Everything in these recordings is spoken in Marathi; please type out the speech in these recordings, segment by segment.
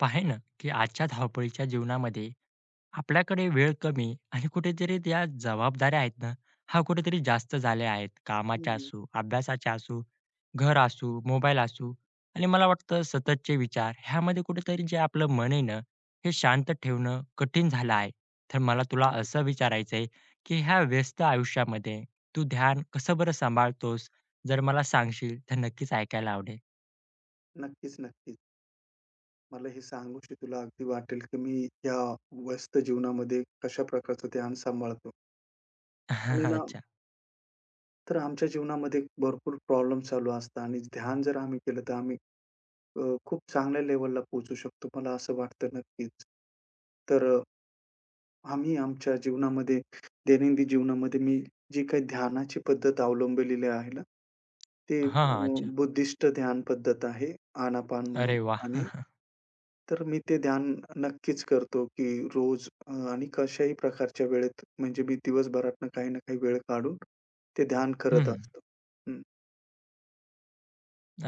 पाहे ना, की आजच्या धावपळीच्या जीवनामध्ये आपल्याकडे वेळ कमी आणि कुठेतरी त्या जबाबदाऱ्या आहेत ना, हा कुठेतरी जास्त झाल्या आहेत. हं, कामाच्या हं. असू, अभ्यासाच्या असू, घर असू, मोबाईल असू आणि मला वाटतं सततचे विचार ह्यामध्ये कुठेतरी जे आपलं मन आहे ना, हे शांत ठेवणं कठीण झालं आहे. तर मला तुला अगदी. असं विचारायचं आहे, की ह्या व्यस्त आयुष्यामध्ये तू ध्यान कसं बरं सांभाळतोस? जर मला सांगशील तर नक्कीच ऐकायला आवडेल. नक्कीच, नक्कीच. मला हे सांगूशी तुला अगदी वाटेल, की मी या व्यस्त जीवनामध्ये कशा प्रकारचं ध्यान सांभाळतो. आणि ना अच्छा. तर आमच्या जीवनामध्ये भरपूर प्रॉब्लेम चालू असतात आणि ध्यान जर आम्ही केलं, तर आम्ही खूप चांगल्या लेव्हलला पोहोचू शकतो. मला असं वाटतं नक्कीच. तर आम्ही आमच्या जीवनामध्ये दैनंदिन जीवनामध्ये मी जी काही ध्यानाची पद्धत अवलंबलेली आहे ना, ते हां, हां. अच्छा. बुद्धिस्ट ध्यान पद्धत आहे, आनापान म्हणून. अरे वाह! आणि हं. तर मी ते ध्यान नक्कीच करतो, की रोज आणि कशाही प्रकारच्या वेळेत म्हणजे मी दिवसभरातनं काही ना काही वेळ काढून ते ध्यान करत असतो. हं,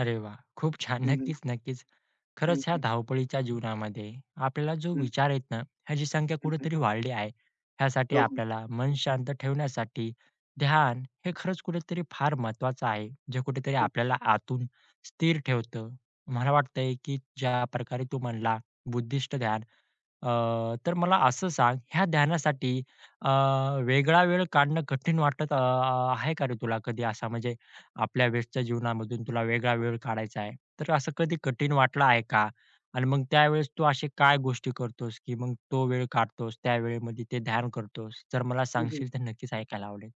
अरे वाह! खूप छान. हं, हं, नक्कीच, नक्कीच. हं, खरंच ह्या हं, धावपळीच्या जीवनामध्ये आपल्याला जो हं, विचार आहेत ना, ह्याची संख्या हं, कुठेतरी वाढली आहे. ह्यासाठी हो, हो. आपल्याला मन शांत ठेवण्यासाठी ध्यान हे खरंच कुठेतरी फार महत्त्वाचं आहे. जे कुठेतरी हं, आपल्याला आतून स्थिर ठेवतं. मला वाटतंय की ज्या प्रकारे तू म्हणला बुद्धिस्ट ध्यान, अ, तर मला असं सांग ह्या ध्यानासाठी अ, वेगळा वेळ काढणं कठीण वाटत, आहे का रे तुला कधी असा म्हणजे आपल्या व्यस्तच्या जीवनामधून तुला वेगळा वेळ काढायचा आहे. तर असं कधी कठीण वाटलं आहे का? आणि मग त्यावेळेस तू असे काय गोष्टी करतोस, की मग तो वेळ काढतोस, त्या वेळेमध्ये ते ध्यान करतोस? जर मला हं, हं. सांगशील तर नक्कीच ऐकायला आवडेल.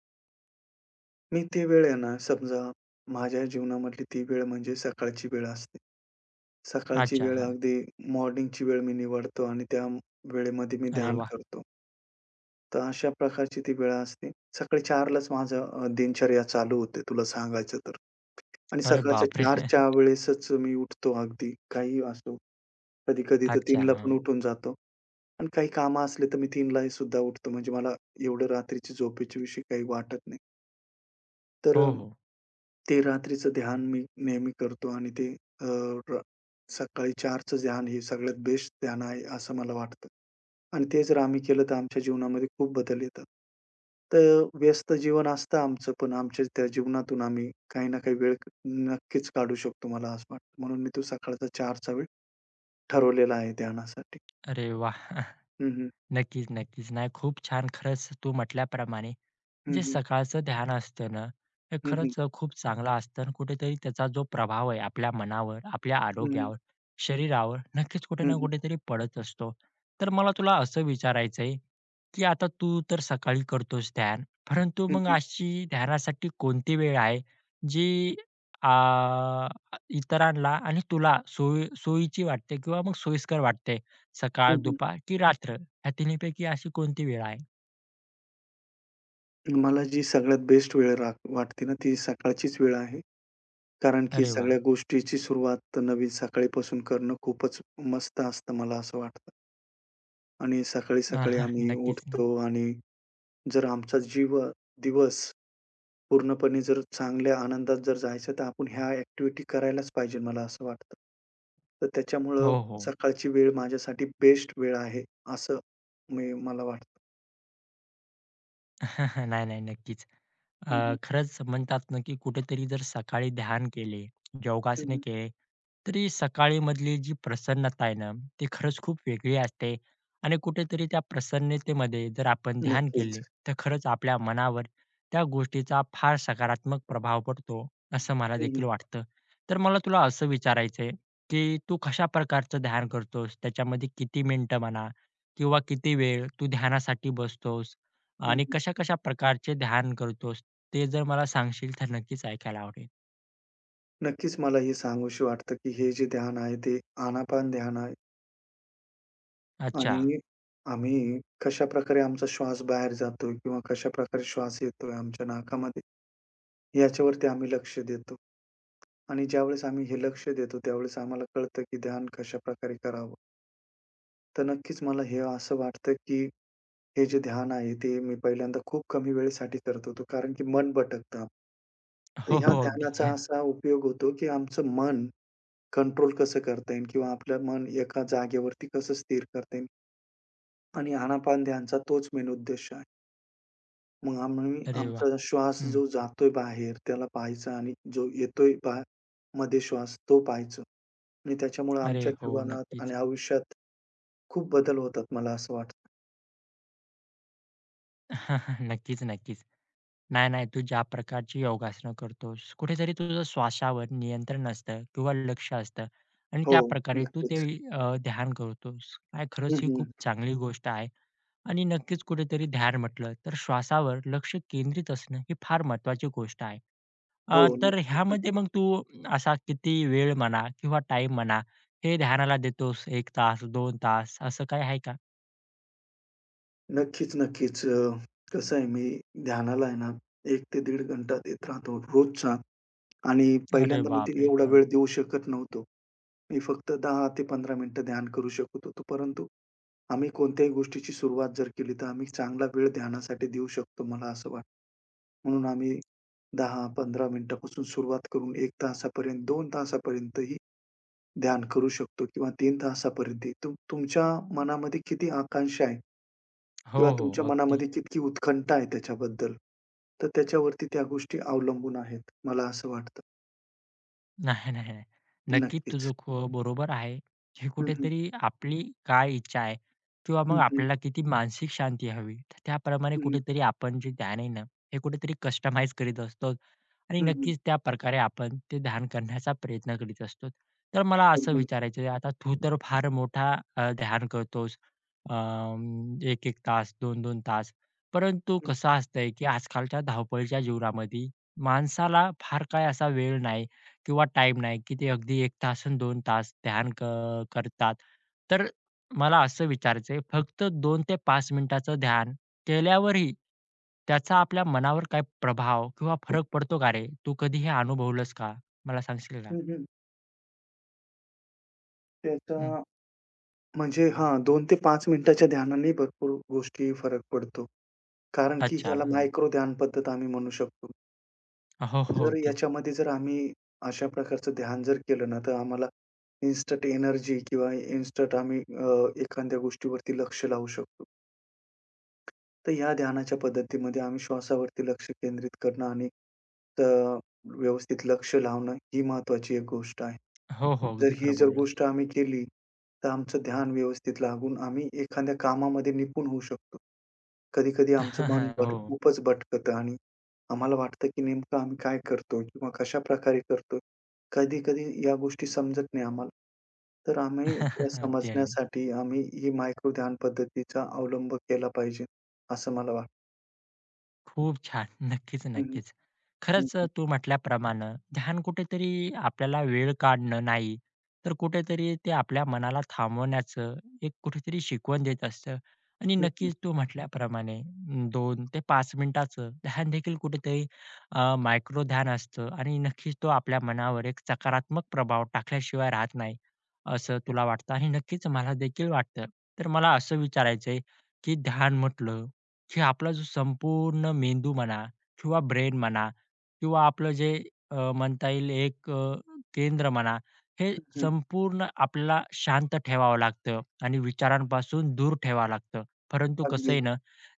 मी ती वेळ आहे ना, समजा माझ्या जीवनामधली ती वेळ म्हणजे सकाळची वेळ असते. सकाळची अच्छा, वेळ हां. अगदी मॉर्निंगची वेळ मी निवडतो आणि त्या वेळेमध्ये मी अरे ध्यान वाह! करतो. तर अशा प्रकारची ती वेळ असते. सकाळी 4:00लाच माझं दिनचर्या चालू होते तुला सांगायचं तर. आणि अरे सकाळच्या बापरे! 4च्या वेळेसच मी उठतो अगदी. काहीही असो. कधी-कधी तर अच्छा, तीनला पण हां. उठून जातो आणि काही कामं असले तर मी 3लाही सुद्धा उठतो. म्हणजे मला एवढं रात्रीची झोपेच्या विषयी काही वाटत. तर हो, हो. ते रात्रीचं ध्यान मी नेहमी करतो आणि ते अ, र सकाळी 4चं ध्यान हे सगळ्यात बेस्ट ध्यान आहे, असं मला वाटतं. आणि ते जर आम्ही केलं तर आमच्या जीवनामध्ये खूप बदल येतात. तर व्यस्त जीवन असतं आमचं, पण आमच्या त्या जीवनातून आम्ही काही ना काही वेळ नक्कीच काढू शकतो, मला असं वाटतं. म्हणून मी तो सकाळचा 4चा वेळ ठरवलेला आहे ध्यानासाठी. अरे वाह! हं, हं. नक्कीच, नक्कीच. नाही, खूप छान. खरंच तू म्हटल्याप्रमाणे हं, जे हं. सकाळचं ध्यान असतं ना, हे हं, हं. खरंच खूप चांगलं असतं आणि कुठेतरी त्याचा जो प्रभाव आहे आपल्या मनावर, आपल्या हं, हं. आरोग्यावर, शरीरावर नक्कीच कुठे हं, ना हं. कुठेतरी पडत असतो. तर मला तुला असं विचारायचं आहे, की आता तू तर सकाळी करतोस ध्यान, परंतु मग अशी ध्यानासाठी कोणती वेळ आहे जी, आ, इतरांना आणि तुला सोयी सोयीची वाटते किंवा मग सोयीस्कर वाटते? सकाळ, दुपार की रात्र? ह्या तिन्हीपैकी अशी कोणती वेळ आहे? मला जी सगळ्यात बेस्ट वेळ वाटते ना, ती सकाळचीच वेळ आहे. कारण की अरे वाह! सगळ्या गोष्टीची सुरुवात नवीन सकाळीपासून करणं खूपच मस्त असतं मला असं वाटतं. आणि सकाळी-सकाळी आम्ही नक्कीच. उठतो आणि जर आमचा दिवस पूर्णपणे जर चांगल्या आनंदात जर जायचं तर आपण ह्या ॲक्टिव्हिटी करायलाच पाहिजे मला असं वाटतं. तर त्याच्यामुळं हो, हो. सकाळची वेळ माझ्यासाठी बेस्ट वेळ आहे असं मला वाटतं. नाही, नाही. नक्कीच. हं, हं. खरंच म्हणतात ना, की कुठेतरी जर सकाळी ध्यान केले, योगासने केले, तरी सकाळीमधली जी प्रसन्नता आहे ना, ती खरंच खूप वेगळी असते आणि कुठेतरी त्या प्रसन्नतेमध्ये जर आपण ध्यान नक्कीच. केले, तर खरंच आपल्या मनावर त्या गोष्टीचा फार सकारात्मक प्रभाव पडतो, असं मला हं, हं. देखील वाटतं. तर मला तुला असं विचारायचं की तू कशा प्रकारचं ध्यान करतोस? त्याच्यामध्ये किती मिनिटं म्हणा किंवा किती वेळ तू ध्यानासाठी बसतोस? आणि कशा-कशा प्रकारचे ध्यान करतोस? ते जर मला सांगशील तर नक्कीच ऐकायला आवडेल. नक्कीच मला हे सांगूशी वाटतं, की हे जे ध्यान आहे ते आनापान ध्यान आहे. अच्छा. आणि आम्ही कशाप्रकारे आमचा श्वास बाहेर जातोय किंवा कशाप्रकारे श्वास येतोय आमच्या नाकामध्ये, याच्यावरती आम्ही लक्ष देतो. आणि ज्यावेळेस आम्ही हे लक्ष देतो, त्यावेळेस आम्हाला कळतं, की ध्यान कशाप्रकारे करावं. तर नक्कीच मला हे असं वाटतं, की हे जे ध्यान आहे ते मी पहिल्यांदा खूप कमी वेळेसाठी करत होतो, कारण की मन भटकतं. तर हो, ह्या हो. अगदी. ध्यानाचा असा उपयोग होतो, की आमचं मन कंट्रोल कसं करता येईल किंवा आपलं मन एका जागेवरती कसं स्थिर करता येईल आणि आनापान ध्यानचा तोच मेन उद्देश आहे. मग आम्ही अरे वाह! आमचा श्वास हं. जो जातोय बाहेर त्याला पाहायचा आणि जो येतोय मध्ये श्वास तो पाहायचो आणि त्याच्यामुळे अरे आमच्या हो, जीवनात आणि नक्कीच. आयुष्यात खूप बदल होतात मला असं वाटतं. नक्कीच, नक्कीच. नाही, नाही. तू ज्या प्रकारची योगासनं करतोस, कुठेतरी तुझं श्वासावर नियंत्रण असतं किंवा लक्ष असतं आणि हो, त्या प्रकारे तू ते नक्कीच. ध्यान करतोस. काय खरंच हं, ही खूप हं. चांगली गोष्ट आहे आणि नक्कीच कुठेतरी ध्यान म्हटलं तर श्वासावर लक्ष केंद्रित असणं ही फार महत्त्वाची गोष्ट आहे. हो, तर नक्कीच, ह्यामध्ये नक्कीच. मग तू असा किती वेळ म्हणा किंवा टाइम म्हणा, हे ध्यानाला देतोस एक तास, 2 तास असं काय आहे का? नक्कीच, नक्कीच. कसं आहे मी ध्यानाला आहे ना 1 ते दीड घंटा देत राहतो रोजचा. आणि अरे पहिल्यांदा मी ते बापरे! एवढा हं. वेळ देऊ शकत नव्हतो. मी फक्त 10 ते 15 मिनिटं ध्यान करू शकत होतो. परंतु आम्ही कोणत्याही गोष्टीची सुरुवात जर केली, तर आम्ही चांगला वेळ ध्यानासाठी देऊ शकतो, मला असं वाटतं. म्हणून आम्ही 10-15 मिनिटापासून सुरुवात करून 1 तासापर्यंत, 2 तासापर्यंतही ध्यान करू शकतो किंवा 3 तासापर्यंतही. तुमच्या मनामध्ये किती आकांक्षा आहे हो, किंवा तुमच्या हो. अगदी. मनामध्ये किती उत्कंठा आहे त्याच्याबद्दल, तर त्याच्यावरती त्या गोष्टी अवलंबून आहेत, मला असं वाटतं. नाही, नाही, नाही. नक्कीच नक्कीच. तुझं खू बरोबर आहे. हे हं, कुठेतरी आपली काय इच्छा आहे किंवा हं, मग हं. आपल्याला किती मानसिक शांती हवी, तर त्याप्रमाणे हं, हं. कुठेतरी आपण जे ध्यान आहे ना, हे कुठेतरी कस्टमाइज करीत असतो. आणि हं, हं. नक्कीच त्या प्रकारे आपण ते ध्यान करण्याचा प्रयत्न करीत असतो. तर मला असं अगदी. विचारायचं आहे, आता तू तर फार मोठा ध्यान करतोस. अ, एक एक तास, दोन दोन तास. परंतु हं, कसं असतंय, की आजकालच्या धावपळीच्या जीवनामध्ये माणसाला फार काही असा वेळ नाही किंवा टाईम नाही, की ते अगदी 1 तास अन् 2 तास ध्यान करतात. तर मला असं विचारायचं फक्त 2 ते 5 मिनिटाचं ध्यान केल्यावरही त्याचा आपल्या मनावर काय प्रभाव किंवा फरक पडतो का रे? तू कधी हे अनुभवलंस का? मला सांगशील का? हं, हं. त्याचा हं. म्हणजे हां, 2 ते 5 मिनिटाच्या ध्यानाने भरपूर गोष्टी फरक पडतो. कारण की अच्छा. याला हं. मायक्रो ध्यान पद्धत आम्ही म्हणू शकतो. हो, हो. जर अगदी. याच्यामध्ये जर आम्ही अशा प्रकारचं ध्यान जर केलं ना, तर आम्हाला इन्स्टंट एनर्जी किंवा इन्स्टंट आम्ही एखाद्या गोष्टीवरती लक्ष लावू शकतो. तर या ध्यानाच्या पद्धतीमध्ये आम्ही श्वासावरती लक्ष केंद्रित करणं आणि अ, व्यवस्थित लक्ष लावणं ही महत्त्वाची एक गोष्ट आहे. हो, हो. जर अगदी ही खरं जर बोललास. गोष्ट आम्ही केली, तर आमचं ध्यान व्यवस्थित लागून आम्ही एखाद्या कामामध्ये निपुण होऊ शकतो. कधी-कधी आमचं मन हो. खूपच भटकतं आणि आम्हाला वाटतं, की नेमकं आम्ही काय करतोय किंवा कशाप्रकारे करतोय. कधी-कधी या गोष्टी समजत नाही आम्हाला. तर आम्ही त्या अगदी, अगदी. समजण्यासाठी आम्ही ही मायक्रो ध्यान पद्धतीचा अवलंब केला पाहिजे, असं मला वाटतं. खूप छान. नक्कीच, हं. नक्कीच. हं, खरंच, हं. तू म्हटल्याप्रमाणे ध्यान कुठेतरी आपल्याला वेळ काढणं नाही, तर कुठेतरी ते आपल्या मनाला थांबवण्याचं एक कुठेतरी शिकवण देत असतं आणि हं, हं. नक्कीच तू म्हटल्याप्रमाणे 2 ते 5 मिनिटाचं ध्यान देखील कुठेतरी मायक्रो ध्यान असतं आणि नक्कीच तो आपल्या मनावर एक सकारात्मक प्रभाव टाकल्याशिवाय राहत नाही, असं तुला वाटतं आणि नक्कीच मला देखील वाटतं. तर मला असं विचारायचंय, की ध्यान म्हटलं की आपला जो संपूर्ण मेंदू म्हणा किंवा ब्रेन म्हणा किंवा आपलं जे, म्हणता येईल एक, केंद्र म्हणा, हे हं, हं. संपूर्ण आपल्याला शांत ठेवावं लागतं आणि विचारांपासून दूर ठेवावं लागतं. परंतु कसं अगदी. आहे ना,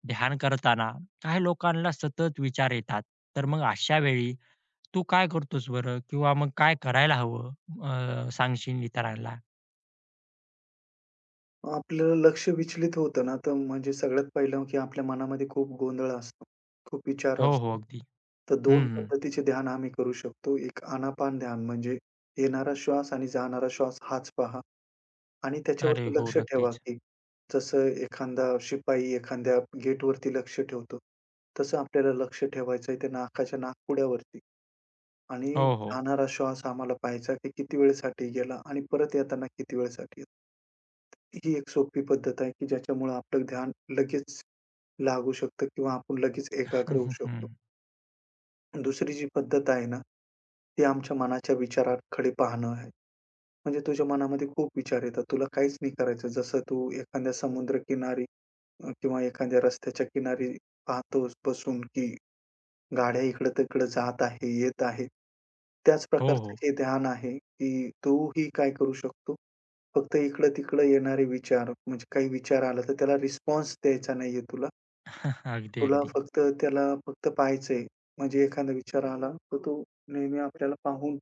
ध्यान करताना काही लोकांना सतत विचार येतात. तर मग अशा वेळी तू काय करतोस बरं? किंवा मग काय करायला हवं? सांगशील इतरांना? आपलं लक्ष विचलित होतं ना, तर म्हणजे सगळ्यात पहिलं की आपल्या मनामध्ये खूप गोंधळ असतो, खूप विचार हो, असतो. हो. अगदी. तर हं, दोन हं. पद्धतीचे ध्यान आम्ही करू शकतो. एक आनापान ध्यान म्हणजे येणारा श्वास आणि जाणारा श्वास हाच पहा आणि अरे त्याच्यावरती हो, लक्ष ठेवा, नक्कीच. की जसं एखादा शिपाई एखाद्या गेटवरती लक्ष ठेवतो, तसं आपल्याला लक्ष ठेवायचं त्या नाकाच्या नाकपुड्यावरती आणि हो, हो. जाणारा श्वास आम्हाला पाहायचा, की किती वेळेसाठी गेला आणि परत येताना किती वेळेसाठी. ही एक सोपी पद्धत आहे, की ज्याच्यामुळं आपलं ध्यान लगेच लागू शकतं किंवा आपण लगेच एकाग्र होऊ शकतो. हं. दुसरी जी पद्धत आहे ना, ती आमच्या मनाच्या विचाराकडे पाहणं आहे. म्हणजे तुझ्या मनामध्ये खूप विचार येतात. तुला काहीच नाही करायचं. जसं तू एखाद्या समुद्रकिनारी किंवा एखाद्या रस्त्याच्या किनारी पाहतोस बसून, की गाड्या इकडं-तिकडं जात आहे, येत आहे. त्याच हो, प्रकारचं हो. हे ध्यान आहे, की तोही काय करू शकतो, फक्त इकडं-तिकडं येणारे विचार म्हणजे काही विचार आला तर त्याला रिस्पॉन्स द्यायचा नाहीये तुला. अगदी, तुला अगदी. फक्त त्याला फक्त पाहायचंय. म्हणजे एखादा विचार आला तर तो नेहमी आपल्याला पाहून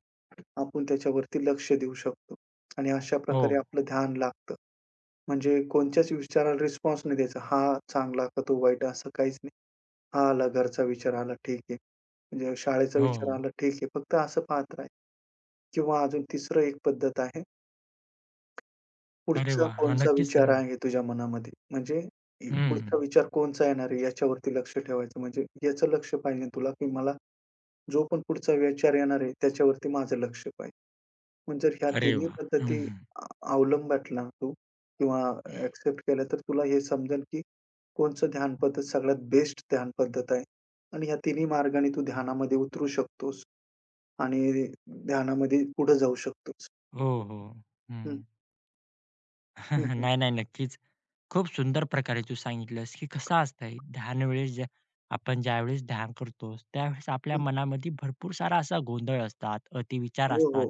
आपण त्याच्यावरती लक्ष देऊ शकतो आणि अशा हो, प्रकारे आपलं ध्यान लागतं. म्हणजे कोणत्याच विचाराला रिस्पॉन्स नाही द्यायचा. हा चांगला का तो वाईट असं काहीच नाही. आला घरचा विचार आला, ठीक आहे. म्हणजे शाळेचा हो, विचार हो. आला, ठीक आहे. फक्त असं पात्र आहे किंवा अजून तिसरं एक पद्धत आहे. अरे पुढचा वाह! हां, कोणचा नक्कीच विचार सांग ना. आहे तुझ्या मनामध्ये? म्हणजे हं. पुढचा विचार कोणचा येणार आहे याच्यावरती लक्ष ठेवायचं. म्हणजे याचं लक्ष पाहिजे तुला, की मला जो पण पुढचा विचार येणार आहे त्याच्यावरती माझं लक्ष पाहिजे. म्हणजे जर ह्या अरे तिन्ही वाह! पद्धती हं. अ अवलंबातला तू किंवा एक्सेप्ट केल्या तर तुला हे समजेल, की कोणचं ध्यान पद्धत सगळ्यात बेस्ट ध्यान पद्धत आहे आणि ह्या तिन्ही मार्गाने तू ध्यानामध्ये उतरू शकतोस आणि ध्यानामध्ये पुढे जाऊ शकतोस. हो, हो. हं, हं. हं, हं, नाही, नाही. नक्कीच. खूप सुंदर प्रकारे तू सांगितलंस, की कसं असतंय ध्यानवेळेस ज्या आपण ज्यावेळेस ध्यान करतो, त्यावेळेस आपल्या हं. मनामध्ये भरपूर सारा असा गोंधळ असतात, अतिविचार हो, हो. असतात.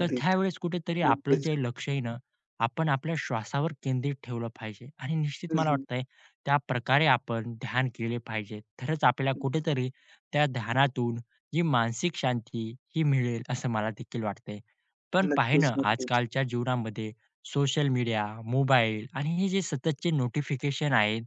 तर त्यावेळेस कुठेतरी आपलं नक्कीच. जे लक्ष आहे ना, आपण आपल्या श्वासावर केंद्रित ठेवलं पाहिजे आणि निश्चित हं, मला हं. वाटतंय त्याप्रकारे आपण ध्यान केले पाहिजे. तरच आपल्याला कुठेतरी त्या ध्यानातून जी मानसिक शांती ही मिळेल असं मला देखील वाटतंय. पण पाहे ना नक्कीच, नक्कीच. आजकालच्या जीवनामध्ये सोशल मीडिया, मोबाईल आणि हे जे सततचे नोटिफिकेशन आहेत,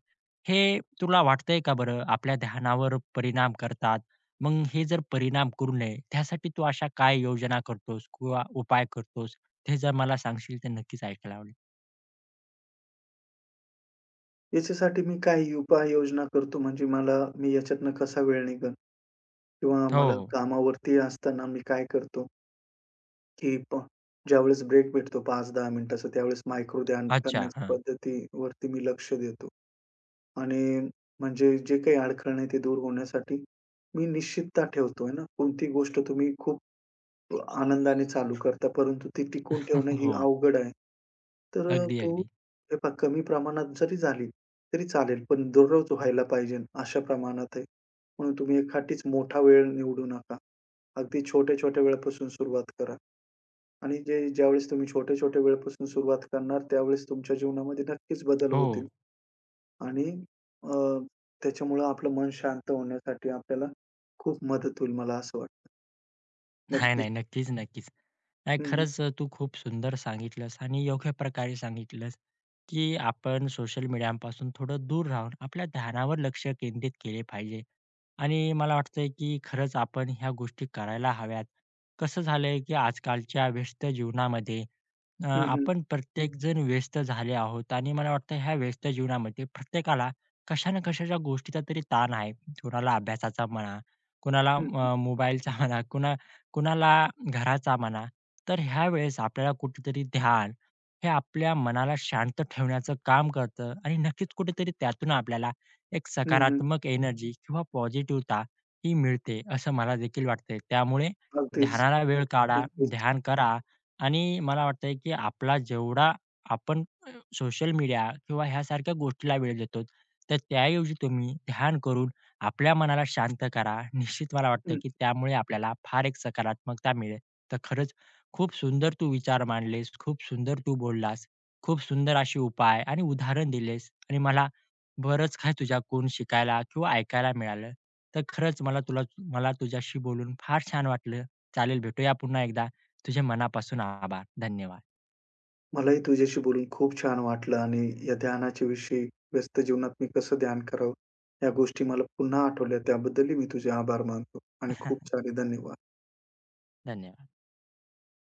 हे तुला वाटतंय का बरं आपल्या ध्यानावर परिणाम करतात? मग हे जर परिणाम करू नये, त्यासाठी तू अशा काय योजना करतोस किंवा उपाय करतोस? ते जर मला सांगशील तर नक्कीच ऐकायला आवडेल. याच्यासाठी मी काही उपाययोजना करतो म्हणजे मला मी याच्यातनं कसा वेळ निघेल किंवा हो, मला हो. कामावरती असताना मी काय करतो, की ज्यावेळेस ब्रेक भेटतो 5-10 मिनिटाचा त्यावेळेस मायक्रो ध्यान अच्छा. करण्याच्या हां. पद्धतीवरती मी लक्ष देतो. आणि म्हणजे जे काही अडखळण आहे ते दूर होण्यासाठी मी निश्चितता ठेवतो आहे ना. कोणती गोष्ट तुम्ही खूप आनंदाने चालू करता, परंतु ती टिकवून ठेवणं ही हो. अवघड आहे. तर अ, अगदी, तो अगदी. हे पहा कमी प्रमाणात जरी झाली तरी चालेल, पण दररोज व्हायला पाहिजे अशा प्रमाणात आहे. म्हणून तुम्ही एखादीच मोठा वेळ निवडू नका. अगदी छोट्या-छोट्या वेळापासून सुरुवात करा आणि जे ज्यावेळेस तुम्ही छोट्या-छोट्या वेळापासून सुरुवात करणार त्यावेळेस तुमच्या जीवनामध्ये नक्कीच बदल हो. होतील. आणि अ, त्याच्यामुळं आपलं मन शांत होण्यासाठी आपल्याला खूप मदत होईल मला असं वाटतं. नाही, नक्कीच. नाही. नक्कीच, नक्कीच. नाही हं, हं. खरंच, तू खूप सुंदर सांगितलंस आणि योग्य प्रकारे सांगितलंस, की आपण सोशल मीडियापासून थोडं दूर राहून आपल्या ध्यानावर लक्ष केंद्रित केले पाहिजे. आणि मला वाटतंय, की खरंच आपण ह्या गोष्टी करायला हव्यात. कसं झालंय, की आजकालच्या व्यस्त जीवनामध्ये, हं, हं. आपण प्रत्येकजण व्यस्त झाले आहोत आणि मला वाटतं ह्या व्यस्त जीवनामध्ये प्रत्येकाला कशा ना कशाच्या गोष्टीचा तरी ताण आहे. कोणाला अभ्यासाचा म्हणा, कोणाला, हं, हं. मोबाईलचा म्हणा, कुणाला घराचा म्हणा. तर ह्या वेळेस आपल्याला कुठेतरी ध्यान हे आपल्या मनाला शांत ठेवण्याचं काम करतं आणि नक्कीच कुठेतरी त्यातून आपल्याला एक हं, सकारात्मक एनर्जी किंवा पॉझिटिव्हता ही मिळते असं मला देखील वाटतंय. त्यामुळे अगदीच. ध्यानाला वेळ काढा, नक्कीच. ध्यान करा आणि मला वाटतंय, की आपला जेवढा आपण सोशल मीडिया किंवा ह्यासारख्या गोष्टीला वेळ देतो, तर त्याऐवजी तुम्ही ध्यान करून आपल्या मनाला शांत करा. निश्चित मला वाटतं, हं. की त्यामुळे आपल्याला फार एक सकारात्मकता मिळेल. तर खरंच खूप सुंदर तू विचार मांडलेस, खूप सुंदर तू बोललास, खूप सुंदर असे उपाय आणि उदाहरण दिलेस आणि मला बरंच काही तुझ्याकडून शिकायला किंवा ऐकायला मिळालं. तर खरंच मला तुझ्याशी बोलून फार छान वाटलं. चालेल, भेटूया पुन्हा एकदा. तुझ्या मनापासून आभार. धन्यवाद. मलाही तुझ्याशी बोलून खूप छान वाटलं आणि या ध्यानाच्या विषयी व्यस्त जीवनात मी कसं ध्यान करावं, या गोष्टी मला पुन्हा आठवल्या. त्याबद्दलही मी तुझे आभार मानतो आणि खूप सारे धन्यवाद. धन्यवाद.